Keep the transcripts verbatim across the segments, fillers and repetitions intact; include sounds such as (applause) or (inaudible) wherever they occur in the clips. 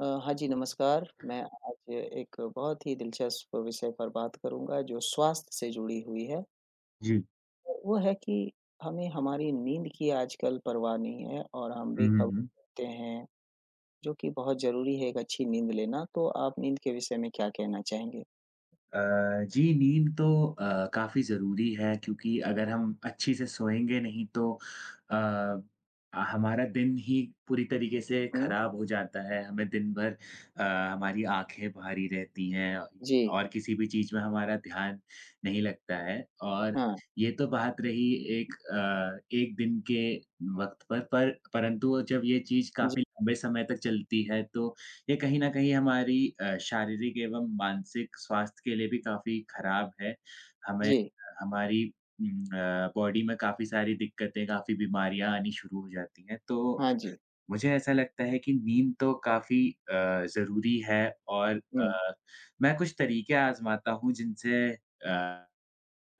अ, हाँ जी, नमस्कार। मैं आज एक बहुत ही दिलचस्प विषय पर बात करूँगा जो स्वास्थ्य से जुड़ी हुई है। जी। तो वो है कि हमें हमारी नींद की आजकल परवाह नहीं है और हम हुँ, हुँ, बेखबर हुँ। रहते हैं, जो कि बहुत ज़रूरी है एक अच्छी नींद लेना। तो आप नींद के विषय में क्या कहना चाहेंगे? अ, जी, नींद तो अ, काफ़ी ज़रूरी है क्योंकि अगर हम अच्छी से सोएँगे नहीं तो अ, हमारा दिन ही पूरी तरीके से हुँ, खराब हो जाता है। हमें दिन भर अ, हमारी आँखें भारी रहती हैं जी। और किसी भी चीज़ में हमारा ध्यान नहीं लगता है। और हाँ, ये तो बात रही एक अ, एक दिन के वक़्त पर, पर परंतु जब ये चीज़ जी, काफ़ी लंबे समय तक चलती है तो ये कहीं न कहीं हमारी अ, शारीरिक एवं मानसिक स्वास्थ्य के लिए भी काफ़ी खराब है। हमें जी। हमारी उम, अ, बॉडी में काफ़ी सारी दिक्कतें, काफ़ी बीमारियाँ आनी शुरू हो जाती हैं। तो हाँ जी। मुझे ऐसा लगता है कि नींद तो काफ़ी अ, ज़रूरी है और अ, हुँ, मैं कुछ तरीके आज़माता हूँ जिनसे अ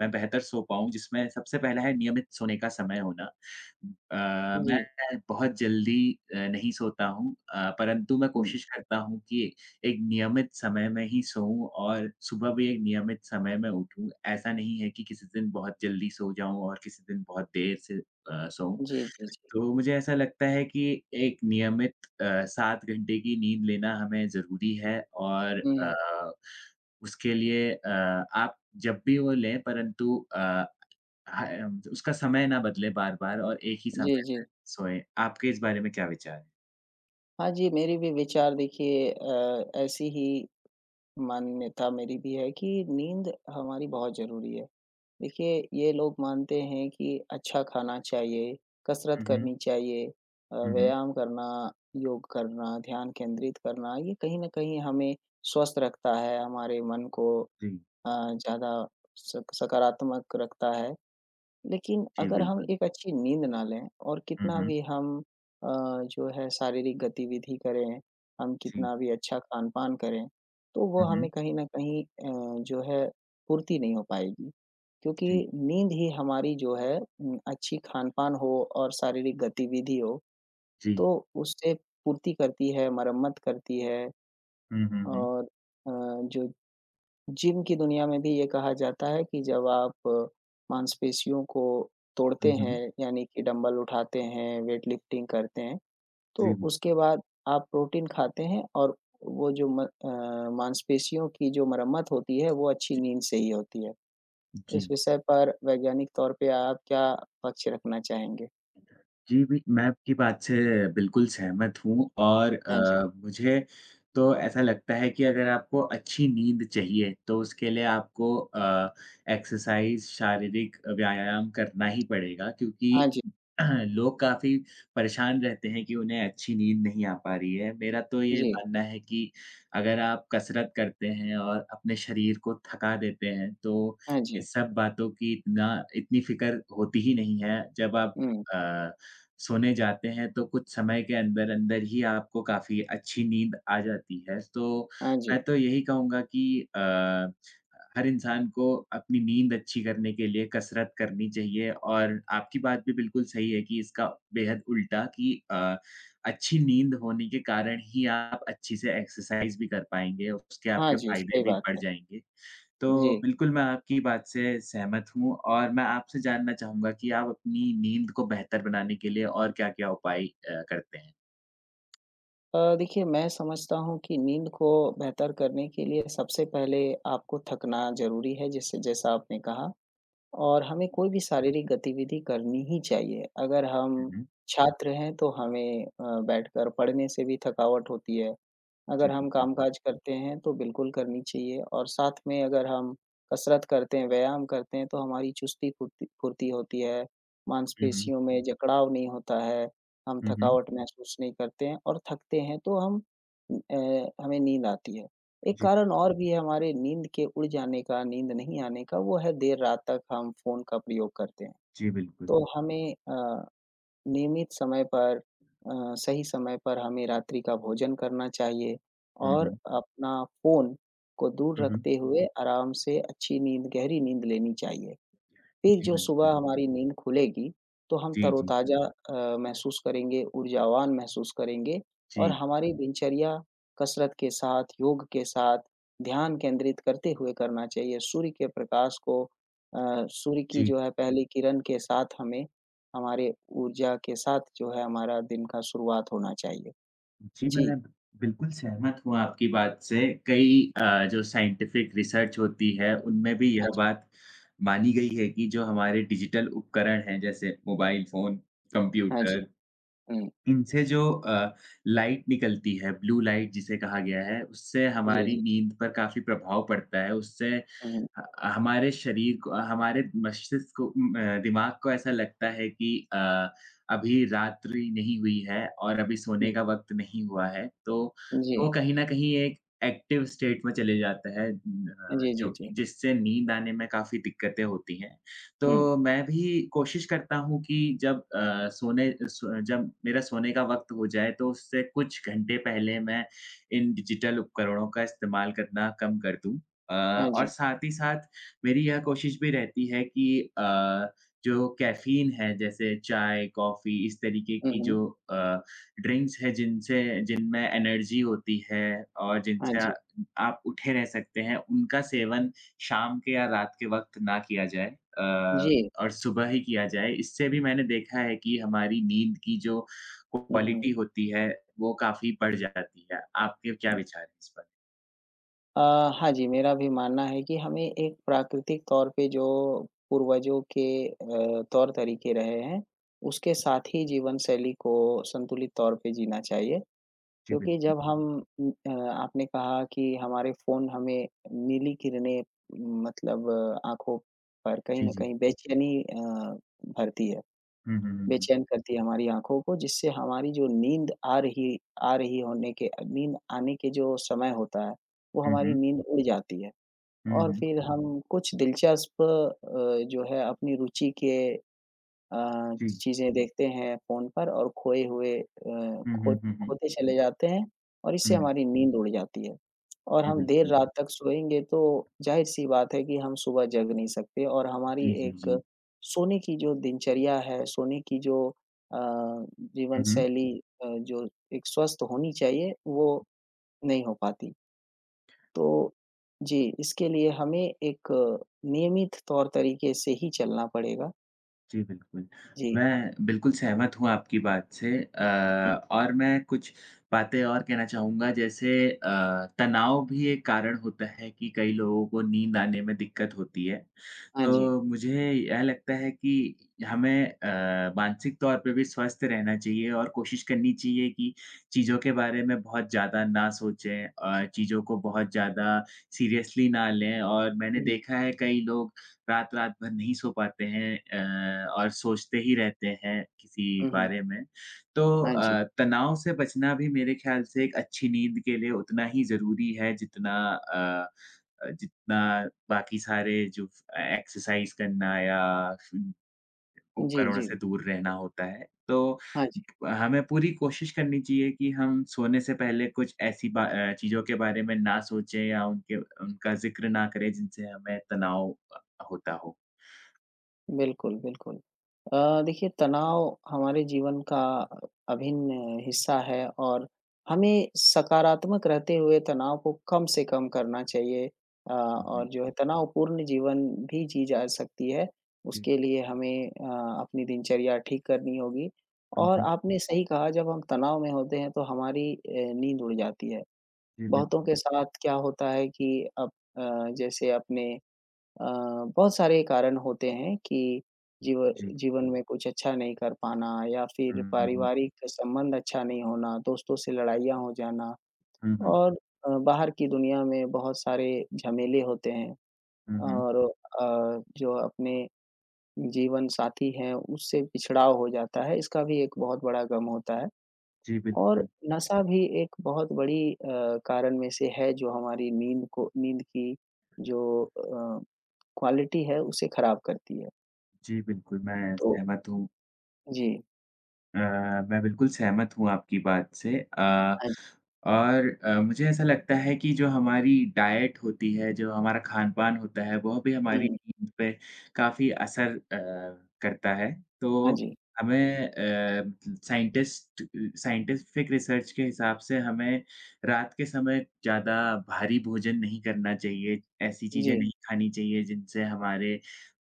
मैं बेहतर सो पाऊँ, जिसमें सबसे पहला है नियमित सोने का समय होना। अ, मैं जी। बहुत जल्दी अ, नहीं सोता हूँ अ, परंतु मैं हुँ, कोशिश करता हूँ कि एक नियमित समय में ही सोऊँ और सुबह भी एक नियमित समय में उठूँ। ऐसा नहीं है कि किसी दिन बहुत जल्दी सो जाऊँ और किसी दिन बहुत देर से अ, सोऊँ। जी, जी, जी। तो मुझे ऐसा लगता है कि एक नियमित अ, सात घंटे की नींद लेना हमें ज़रूरी है और हुँ, हुँ। अ, उसके लिए अ, आप जब भी वो लें परंतु अ, ह उसका समय ना बदले बार-बार और एक ही जी, समय में जी। सोएँ। आपके इस बारे में क्या विचार हैं? हाँ जी, मेरे भी विचार देखिए अ, ऐसी ही मान्यता मेरी भी है कि नींद हमारी बहुत ज़रूरी है। देखिए, ये लोग मानते हैं कि अच्छा खाना चाहिए, कसरत हुँ, हुँ। करनी चाहिए, अ, हुँ, हुँ। व्यायाम करना, योग करना, ध्यान केंद्रित करना, ये कहीं न कहीं हमें स्वस्थ रखता है, हमारे मन को जी। अ, ज़्यादा सक सकारात्मक रखता है। लेकिन जी, अगर हम बिल्कुल। एक अच्छी नींद ना लें और हुँ, कितना हुँ। भी हम अ, जो है शारीरिक गतिविधि करें, हम जी। कितना भी अच्छा खान-पान करें, तो वो हुँ, हमें हुँ। कहीं न कहीं अ, जो है पूर्ति नहीं हो पाएगी। क्योंकि जी। नींद ही हमारी जो है उम, अच्छी खान-पान हो और शारीरिक गतिविधि हो, जी। तो उससे पूर्ति करती है, मरम्मत करती है हुँ, हुँ, हुँ। और अ, जो जिम की दुनिया में भी ये कहा जाता है कि जब आप मांसपेशियों को तोड़ते हुँ, हुँ। हैं, यानी कि डंबल उठाते हैं, वेट लिफ्टिंग करते हैं, तो जी, उसके बिल्कुल। बाद आप प्रोटीन खाते हैं और वो जो म अ, मांसपेशियों की जो मरम्मत होती है, वो अच्छी नींद से ही होती है। इस जी। विषय पर वैज्ञानिक तौर पे आप क्या पक्ष रखना चाहेंगे? जी, भी मैं आपकी बात से बिल्कुल सहमत हूँ और हाँ जी। अ, मुझे तो ऐसा लगता है कि अगर आपको अच्छी नींद चाहिए, तो उसके लिए आपको अ, एक्सरसाइज़, शारीरिक व्यायाम करना ही पड़ेगा हाँ क्योंकि जी। (clears throat) लोग काफ़ी परेशान रहते हैं कि उन्हें अच्छी नींद नहीं आ पा रही है। मेरा तो ये जी। मानना है कि अगर आप कसरत करते हैं और अपने शरीर को थका देते हैं, तो हाँ जी। इस सब बातों की इतना इतनी फ़िक्र होती ही नहीं है, जब आप हुँ। अ सोने जाते हैं तो कुछ समय के अंदर-अंदर ही आपको काफ़ी अच्छी नींद आ जाती है। तो हाँ जी। मैं तो यही कहूँगा कि अ, हर इंसान को अपनी नींद अच्छी करने के लिए कसरत करनी चाहिए और आपकी बात भी बिल्कुल सही है कि इसका बेहद उल्टा कि अ, अच्छी नींद होने के कारण ही आप अच्छी से एक्सरसाइज़ भी कर पाएँगे, उसके हाँ आपके जी, फ़ायदे सही भी बात बढ़ है। जाएँगे। जी। तो बिल्कुल, मैं आपकी बात से सहमत हूँ और मैं आपसे जानना चाहूँगा कि आप अपनी नींद को बेहतर बनाने के लिए और क्या-क्या उपाय अ, करते हैं? अ, देखिए मैं समझता हूँ कि नींद को बेहतर करने के लिए सबसे पहले आपको थकना ज़रूरी है, जैसे जैसा आपने कहा और हमें कोई भी शारीरिक गतिविधि करनी ही चाहिए। अगर हुँ, हम हुँ। छात्र हैं, तो हमें अ, बैठकर पढ़ने से भी थकावट होती है, जी, अगर हम बिल्कुल। काम-काज करते हैं तो बिल्कुल करनी चाहिए और साथ में अगर हम कसरत करते हैं, व्यायाम करते हैं तो हमारी चुस्ती फुर्ती फुर्ती होती है, हुँ, हुँ। मांसपेशियों में जकड़ाव नहीं होता है, हम हुँ, हुँ। थकावट महसूस नहीं करते हैं और थकते हैं तो हम अ, हमें नींद आती है। एक जी। कारण और भी है हमारे नींद के उड़ जाने का, नींद नहीं आने का, वो है देर रात तक हम फ़ोन का प्रयोग करते हैं। जी, बिल्कुल। तो हमें अ नियमित समय पर, अ, सही समय पर हमें रात्रि का भोजन करना चाहिए हुँ, और हुँ। अपना फ़ोन को दूर हुँ, हुँ। रखते हुए आराम से अच्छी नींद, गहरी नींद लेनी चाहिए। फिर जी, जो सुबह बिल्कुल। हमारी नींद खुलेगी, तो हम जी, जी। तरोताज़ा अ, महसूस करेंगे, ऊर्जावान महसूस करेंगे और जी, हमारी दिनचर्या कसरत के साथ, योग के साथ, ध्यान केंद्रित करते हुए करना चाहिए। सूर्य के प्रकाश को, अ, सूर्य की जी। जो है पहली किरण के साथ हमें हमारे ऊर्जा के साथ जो है हमारा दिन का शुरुआत होना चाहिए। जी, जी। मैं बिल्कुल सहमत हूँ आपकी बात से। कई अ, जो साइंटिफ़िक रिसर्च होती है, उनमें भी यह हाँ जी, बात मानी गई है कि जो हमारे डिजिटल उपकरण हैं, जैसे मोबाइल फ़ोन, हाँ जी। कंप्यूटर हुँ। इनसे जो अ, लाइट निकलती है, ब्लू लाइट जिसे कहा गया है, उससे जी, हमारी जी। नींद पर काफ़ी प्रभाव पड़ता है। उससे हुँ, हुँ। ह हमारे शरीर को हमारे मस्तिष्क को उम, अ, दिमाग को ऐसा लगता है कि अ, अभी रात्रि नहीं हुई है और अभी सोने का वक़्त नहीं हुआ है। तो जी। वो कहीं न कहीं एक एक्टिव स्टेट में चले जाता है उम, अ, जी, जो जी, जी। कि जिससे नींद आने में काफ़ी दिक्कतें होती हैं। तो हुँ। मैं भी कोशिश करता हूँ कि जब अ, सोने सो जब मेरा सोने का वक़्त हो जाए, तो उससे कुछ घंटे पहले मैं इन डिजिटल उपकरणों का इस्तेमाल करना कम कर दूँ। अ, हाँ और जी। साथ ही साथ मेरी यह कोशिश भी रहती है कि अ, जो कैफ़ीन है, जैसे चाय, कॉफ़ी, इस तरीके हुँ, की हुँ। जो अ, ड्रिंक्स हैं, जिनसे जिनमें एनर्जी होती है और हाँ जिनसे आ- जी। आप उठे रह सकते हैं, उनका सेवन शाम के या रात के वक़्त ना किया जाए अ, जी। और सुबह ही किया जाए। इससे भी मैंने देखा है कि हमारी नींद की जो हुँ, हुँ। क्वालिटी होती है, वो काफ़ी बढ़ जाती है। आपके क्या विचार हैं इस पर? अ, हाँ जी, मेरा भी मानना है कि हमें एक प्राकृतिक तौर पे जो पूर्वजों के अ, तौर-तरीके रहे हैं, उसके साथ ही जीवनशैली को संतुलित तौर पे जीना चाहिए। जी, क्योंकि बिल्कुल। जब हम उम, अ, आपने कहा कि हमारे फ़ोन हमें नीली किरणें मतलब आँखों पर कहीं जी, न जी। कहीं बेचैनी अ, भरती है। हुँ, हुँ, हुँ, हुँ। बेचैन करती है हमारी आँखों को जिससे हमारी जो नींद आ रही आ रही होने के नींद आने के जो समय होता है, वो हुँ, हमारी हुँ। नींद उड़ जाती है हुँ, और हुँ। फिर हम कुछ दिलचस्प अ, जो है अपनी रुचि के अ, जी। चीज़ें देखते हैं फ़ोन पर और खोए हुए अ, हुँ, खो हुँ, हुँ, हुँ। खोते चले जाते हैं और इससे हुँ। हमारी नींद उड़ जाती है। और जी, हम देर बिल्कुल। रात तक सोएँगे तो ज़ाहिर-सी बात है कि हम सुबह जग नहीं सकते और हमारी जी, जी, एक जी। सोने की जो दिनचर्या है, सोने की जो अ, जीवन हुँ, हुँ। शैली अ, जो एक स्वस्थ होनी चाहिए, वो नहीं हो पाती। तो जी, इसके लिए हमें एक नियमित तौर तरीके से ही चलना पड़ेगा। जी, बिल्कुल। जी। मैं बिल्कुल सहमत हूँ आपकी बात से हुँ। अ, और मैं कुछ बातें और कहना चाहूँगा जैसे अ, तनाव भी एक कारण होता है कि कई लोगों को नींद आने में दिक्कत होती है। हाँ जी। तो मुझे यह लगता है कि हमें अ, मानसिक तौर पे भी स्वस्थ रहना चाहिए और कोशिश करनी चाहिए कि चीज़ों के बारे में बहुत ज़्यादा ना सोचें अ, चीज़ों को बहुत ज़्यादा सीरियसली ना लें और मैंने देखा है कई लोग रात-रात भर नहीं सो पाते हैं अ, और सोचते ही रहते हैं किसी हुँ, हुँ। बारे में। तो हाँ जी। अ, तनाव से बचना भी मेरे ख़्याल से एक अच्छी नींद के लिए उतना ही ज़रूरी है जितना अ अ, जितना बाकी सारे जो अ, एक्सरसाइज़ करना या उम, जी, उपकरणों जी। से दूर रहना होता है। तो हाँ जी, हमें पूरी कोशिश करनी चाहिए कि हम सोने से पहले कुछ ऐसी बा अ, चीज़ों के बारे में ना सोचें या उनके उनका ज़िक्र ना करें जिनसे हमें तनाव अ, होता हो। बिल्कुल, बिल्कुल। अ, देखिए तनाव हमारे जीवन का अभिन्न हिस्सा है और हमें सकारात्मक रहते हुए तनाव को कम से कम करना चाहिए, अ, और हुँ, जो है तनावपूर्ण जीवन भी जी जा सकती है। जी। उसके लिए हमें अ, अपनी दिनचर्या ठीक करनी होगी हुँ, और हुँ। आपने सही कहा, जब हम तनाव में होते हैं तो हमारी अ, नींद उड़ जाती है। जी, बहुतों बिल्कुल। के साथ क्या होता है कि अब अ, जैसे अपने अ, बहुत सारे कारण होते हैं कि जीव जी। जीवन में कुछ अच्छा नहीं कर पाना या हुँ, फिर हुँ, हुँ। पारिवारिक संबंध अच्छा नहीं होना, दोस्तों से लड़ाइयाँ हो जाना हुँ, हुँ। और अ, बाहर की दुनिया में बहुत सारे झमेले होते हैं हुँ, हुँ। और अ, जो अपने जीवन साथी हैं, उससे बिछड़ाव हो जाता है, इसका भी एक बहुत बड़ा गम होता है जी, और बिल्कुल। नशा भी एक बहुत बड़ी अ, कारण में से है जो हमारी नींद को नींद की जो अ, क्वालिटी है, उसे खराब करती है। जी, बिल्कुल, मैं तो सहमत हूँ जी, अ, मैं बिल्कुल सहमत हूँ आपकी बात से अ, हाँ जी। और अ, मुझे ऐसा लगता है कि जो हमारी डाइट होती है, जो हमारा खान-पान होता है, वह भी हुँ, हमारी हुँ। नींद पे काफ़ी असर अ, करता है। हाँ तो जी। हमें अ, साइंटिस्ट साइंटिफिक रिसर्च के हिसाब से हमें रात के समय ज़्यादा भारी भोजन नहीं करना चाहिए, ऐसी चीज़ें जी, नहीं खानी चाहिए जिनसे हमारे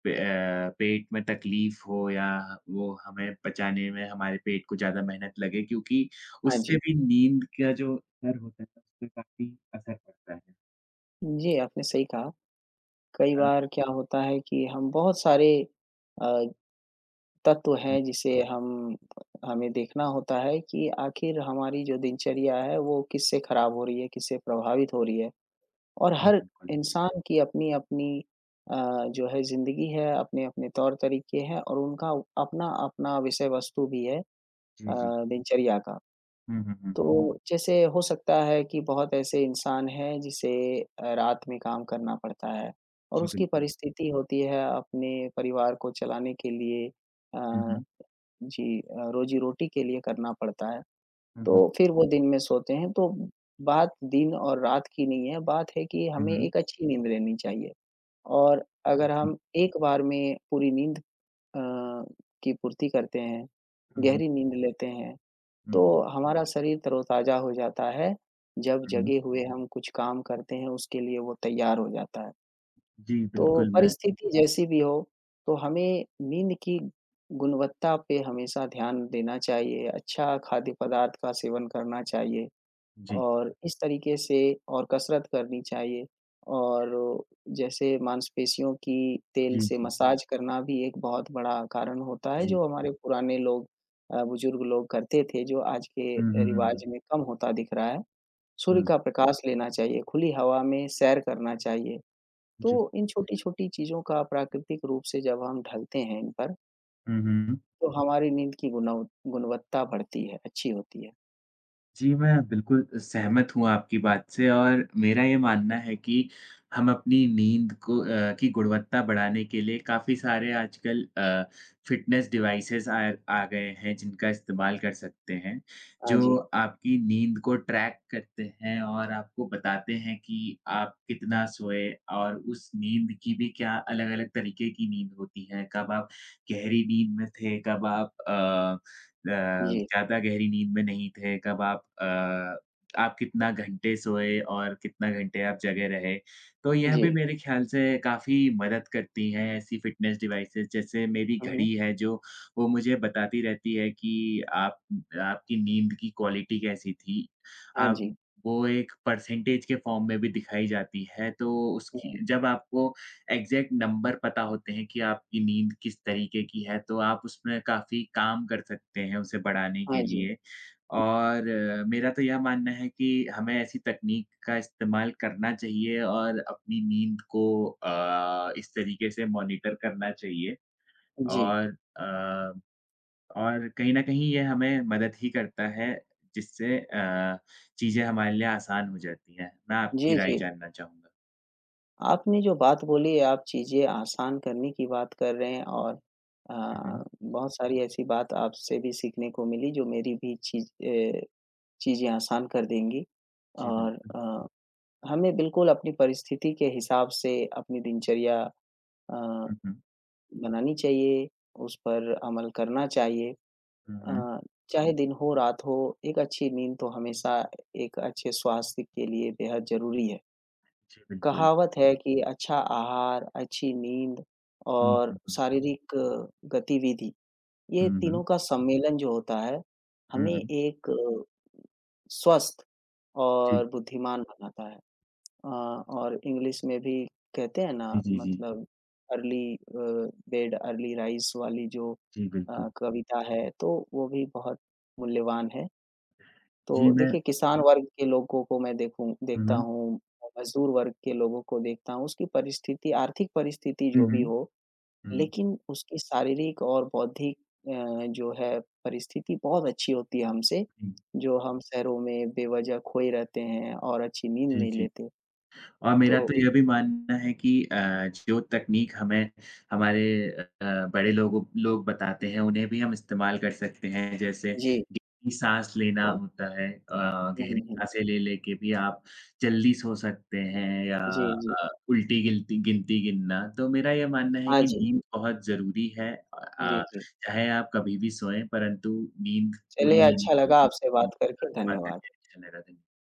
पे अ, पेट में तकलीफ हो या वो हमें पचाने में हमारे पेट को ज़्यादा मेहनत लगे क्योंकि हाँ उससे जी। भी नींद का जो असर होता है उसपे काफ़ी असर पड़ता है। जी, आपने सही कहा। कई अ, बार क्या होता है कि हम बहुत सारे अ, तत्व हैं जिसे हम हमें देखना होता है कि आखिर हमारी जो दिनचर्या है वो किससे खराब हो रही है, किससे प्रभावित हो रही है। और जी हर बिल्कुल। इंसान की अपनी-अपनी अ, जो है ज़िंदगी है, अपने-अपने तौर तरीके हैं और उनका अपना-अपना विषय वस्तु भी है अ, जी, जी। दिनचर्या का। हुँ, हुँ, हुँ। तो जैसे हो सकता है कि बहुत ऐसे इंसान हैं जिसे अ, रात में काम करना पड़ता है और जी उसकी बिल्कुल। परिस्थिति होती है अपने परिवार को चलाने के लिए, हुँ, अ, हुँ। जी अ, रोजी-रोटी के लिए करना पड़ता है। हुँ, हुँ। तो फिर वो दिन में सोते हैं, तो बात दिन और रात की नहीं है, बात है कि हुँ, हमें हुँ। एक अच्छी नींद लेनी चाहिए और अगर जी। हम एक बार में पूरी नींद अ, की पूर्ति करते हैं, हुँ, हुँ। गहरी नींद लेते हैं तो हुँ, हमारा शरीर तरोताज़ा हो जाता है, जब हुँ, हुँ। जगे हुए हम कुछ काम करते हैं उसके लिए वो तैयार हो जाता है। जी तो बिल्कुल मैं परिस्थिति जैसी भी हो, तो हमें नींद की गुणवत्ता पे हमेशा ध्यान देना चाहिए, अच्छा खाद्य पदार्थ का सेवन करना चाहिए। जी। और इस तरीके से और कसरत करनी चाहिए और जैसे मांसपेशियों की तेल जी, से जी। मसाज करना भी एक बहुत बड़ा कारण होता है, जी। जो हमारे पुराने लोग, अ, बुजुर्ग लोग करते थे, जो आज के अ, हुँ, हुँ, हुँ, रिवाज हुँ। में कम होता दिख रहा है। सूर्य हुँ, का प्रकाश लेना चाहिए, खुली हवा में सैर करना चाहिए। तो जी। इन छोटी-छोटी चीज़ों का प्राकृतिक रूप से जब हम ढलते हैं इन पर, हुँ, हुँ। तो हमारी नींद की गुणव गुणवत्ता बढ़ती है, अच्छी होती है। जी, मैं बिल्कुल सहमत हूँ आपकी बात से और मेरा ये मानना है कि हम अपनी नींद को अ, की गुणवत्ता बढ़ाने के लिए काफ़ी सारे आजकल अ, फ़िटनेस डिवाइसेज़ आ आ गए हैं, जिनका इस्तेमाल कर सकते हैं, हाँ जो जी। आपकी नींद को ट्रैक करते हैं और आपको बताते हैं कि आप कितना सोए और उस नींद की भी क्या अलग-अलग तरीके की नींद होती है। कब आप गहरी नींद में थे, कब आप अ जी। ज़्यादा गहरी नींद में नहीं थे, कब आप अ, आप कितना घंटे सोए और कितना घंटे आप जगे रहे। तो यह जी। भी मेरे ख़्याल से काफ़ी मदद करती हैं ऐसी फ़िटनेस डिवाइसेज़ जैसे मेरी हुँ, हुँ। घड़ी है जो वो मुझे बताती रहती है कि आप आपकी नींद की क्वालिटी कैसी थी। हाँ आप जी। वो एक परसेंटेज के फ़ॉर्म में भी दिखाई जाती है, तो हुँ। उसकी जब आपको एग्ज़ैक्ट नंबर पता होते हैं कि आपकी नींद किस तरीके की है, तो आप उसमें काफ़ी काम कर सकते हैं उसे बढ़ाने हाँ के जी। लिए। और अ, मेरा तो यह मानना है कि हमें ऐसी तकनीक का इस्तेमाल करना चाहिए और अपनी नींद को अ, इस तरीके से मॉनिटर करना चाहिए जी। और अ, और कहीं न कहीं ये हमें मदद ही करता है, जिससे अ, चीज़ें हमारे लिए आसान हो जाती हैं। मैं आपकी जी, राय जी। जानना चाहूँगा। आपने जो बात बोली है, आप चीज़ें आसान करने की बात कर रहे हैं और हुँ, अ, हुँ। बहुत सारी ऐसी बात आपसे भी सीखने को मिली जो मेरी भी चीज़ अ, चीज़ें आसान कर देंगी। जी, और बिल्कुल। अ, हमें बिल्कुल अपनी परिस्थिति के हिसाब से अपनी दिनचर्या अ, हुँ, हुँ। बनानी चाहिए, उस पर अमल करना चाहिए। हुँ, हुँ। अ, चाहे दिन हो, रात हो, एक अच्छी नींद तो हमेशा एक अच्छे स्वास्थ्य के लिए बेहद ज़रूरी है। जी, बिल्कुल। कहावत है कि अच्छा आहार, अच्छी नींद हुँ, और हुँ, हुँ। शारीरिक अ, गतिविधि, ये हुँ, हुँ। तीनों का सम्मेलन जो होता है, हुँ, हमें हुँ। एक अ, स्वस्थ और जी, बुद्धिमान बनाता है। अ, और इंग्लिश में भी कहते हैं ना, जी, जी, जी। मतलब early uh, bed early rise वाली जो जी, अ, बिल्कुल। कविता है, तो वो भी बहुत मूल्यवान है। जी, तो मैं देखिए किसान वर्ग के लोगों को मैं देखूँ हुँ, देखता हुँ। हूँ, मज़दूर वर्ग के लोगों को देखता हूँ, उसकी परिस्थिति आर्थिक परिस्थिति हुँ, जो भी हुँ। हो, हुँ। लेकिन उसकी शारीरिक और बौद्धिक अ, जो है परिस्थिति बहुत अच्छी होती है हमसे, हुँ, जो हम शहरों में बेवजह खोए रहते हैं और अच्छी नींद जी, नहीं जी। लेते। और मेरा तो तो यह भी मानना है कि अ, जो तकनीक हमें हमारे अ, बड़े लोगों लोग बताते हैं, उन्हें भी हम इस्तेमाल कर सकते हैं। जैसे जी। गहरी साँस लेना होता है अ, हुँ, हुँ, गहरी हुँ। साँसें ले लेके भी आप जल्दी सो सकते हैं या जी, जी। अ, उल्टी गिलती गिनती गिनना। तो मेरा यह मानना है हाँ कि जी। नींद बहुत ज़रूरी है अ जी, अ, जी। चाहे आप कभी भी सोएं परंतु नींद चलिए पूरी लेनी अच्छा लगा चाहिए आपसे और बात करके, बातें धन्यवाद। अच्छा लगा। धन्य